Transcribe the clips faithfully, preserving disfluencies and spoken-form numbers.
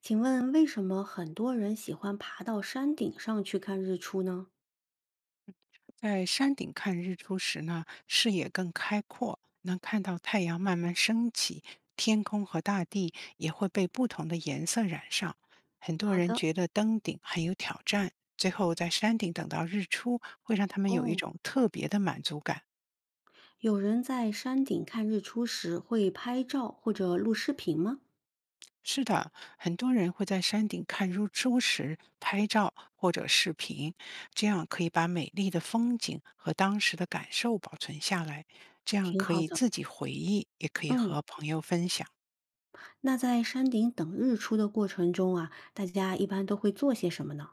请问为什么很多人喜欢爬到山顶上去看日出呢？在山顶看日出时呢，视野更开阔，能看到太阳慢慢升起，天空和大地也会被不同的颜色染上。很多人觉得登顶很有挑战，最后在山顶等到日出，会让他们有一哦，种特别的满足感。有人在山顶看日出时会拍照或者录视频吗？是的，很多人会在山顶看日出时拍照或者视频，这样可以把美丽的风景和当时的感受保存下来，这样挺可好以的。自己回忆，也可以嗯，和朋友分享。那在山顶等日出的过程中啊，大家一般都会做些什么呢？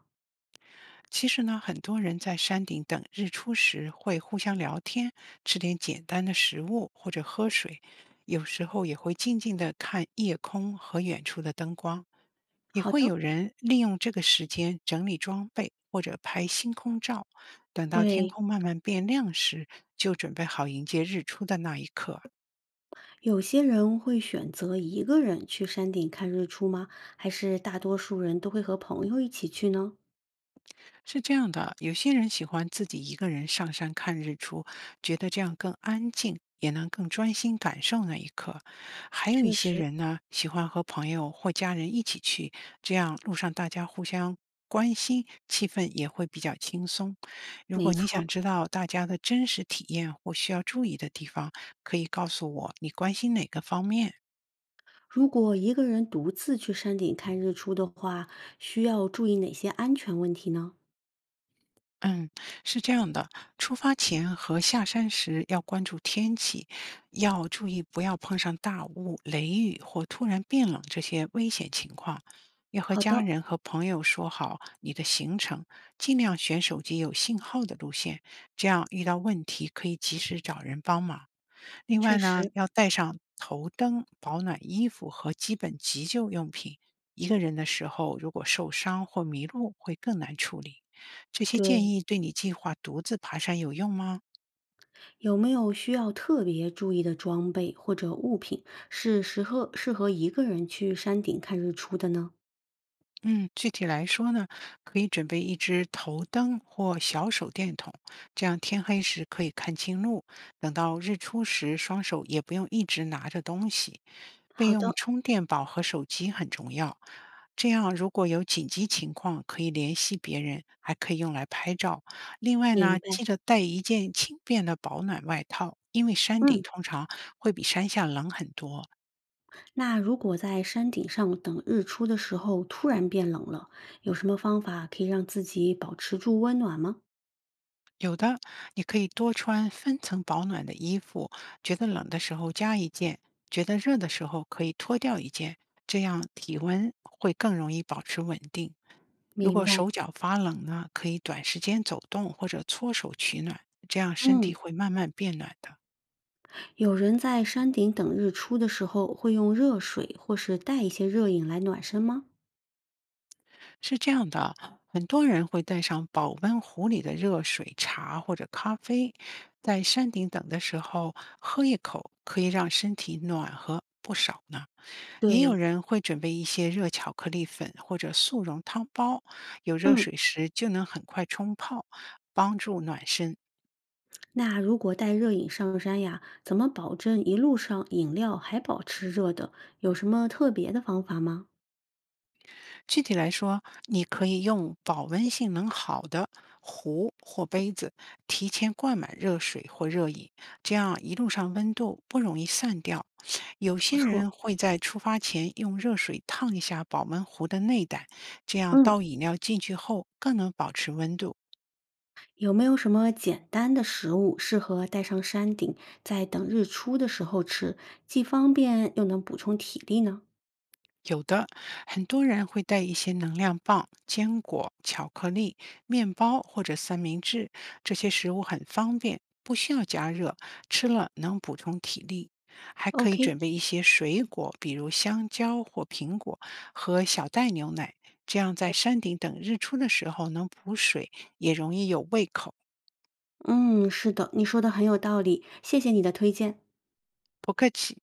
其实呢，很多人在山顶等日出时会互相聊天，吃点简单的食物或者喝水，有时候也会静静地看夜空和远处的灯光。也好会的，有人利用这个时间整理装备或者拍星空照，等到天对，空慢慢变亮时，就准备好迎接日出的那一刻。有些人会选择一个人去山顶看日出吗？还是大多数人都会和朋友一起去呢？是这样的，有些人喜欢自己一个人上山看日出，觉得这样更安静，也能更专心感受那一刻。还有一确些实，人呢，喜欢和朋友或家人一起去，这样路上大家互相关心，气氛也会比较轻松。如没果你错。想知道大家的真实体验或需要注意的地方，可以告诉我你关心哪个方面。如果一个人独自去山顶看日出的话，需要注意哪些安全问题呢？嗯，是这样的，出发前和下山时要关注天气，要注意不要碰上大雾、雷雨或突然变冷这些危险情况。要和好家的，人和朋友说好你的行程，尽量选手机有信号的路线，这样遇到问题可以及时找人帮忙。另确外呢，实，要带上头灯、保暖衣服和基本急救用品。一个人的时候，如果受伤或迷路，会更难处理。这些建对。议对你计划独自爬山有用吗？有没有需要特别注意的装备或者物品是适合适合一个人去山顶看日出的呢？嗯，具体来说呢，可以准备一支头灯或小手电筒，这样天黑时可以看清路。等到日出时，双手也不用一直拿着东西。备好用的，充电宝和手机很重要，这样如果有紧急情况，可以联系别人，还可以用来拍照。另外明呢，白。记得带一件轻便的保暖外套，因为山顶嗯，通常会比山下冷很多。那如果在山顶上等日出的时候突然变冷了，有什么方法可以让自己保持住温暖吗？有的，你可以多穿分层保暖的衣服，觉得冷的时候加一件，觉得热的时候可以脱掉一件，这样体温会更容易保持稳定。如明果白。手脚发冷呢，可以短时间走动或者搓手取暖，这样身体嗯。会慢慢变暖的。有人在山顶等日出的时候，会用热水或是带一些热饮来暖身吗？是这样的，很多人会带上保温壶里的热水、茶或者咖啡，在山顶等的时候喝一口，可以让身体暖和不少呢。也有对，人会准备一些热巧克力粉或者速溶汤包，有热嗯，水时就能很快冲泡，帮助暖身。那如果带热饮上山呀，怎么保证一路上饮料还保持热的？有什么特别的方法吗？具体来说，你可以用保温性能好的壶或杯子，提前灌满热水或热饮，这样一路上温度不容易散掉。有不些错，人会在出发前用热水烫一下保温壶的内胆，这样嗯，倒饮料进去后更能保持温度。有没有什么简单的食物适合带上山顶，在等日出的时候吃，既方便又能补充体力呢有的，很多人会带一些能量棒、坚果、巧克力、面包或者三明治，这些食物很方便，不需要加热，吃了能补充体力。还可以？OK，准备一些水果，比如香蕉或苹果和小袋牛奶，这样在山顶等日出的时候能补水，也容易有胃口。嗯，是的，你说的很有道理，谢谢你的推荐。不客气。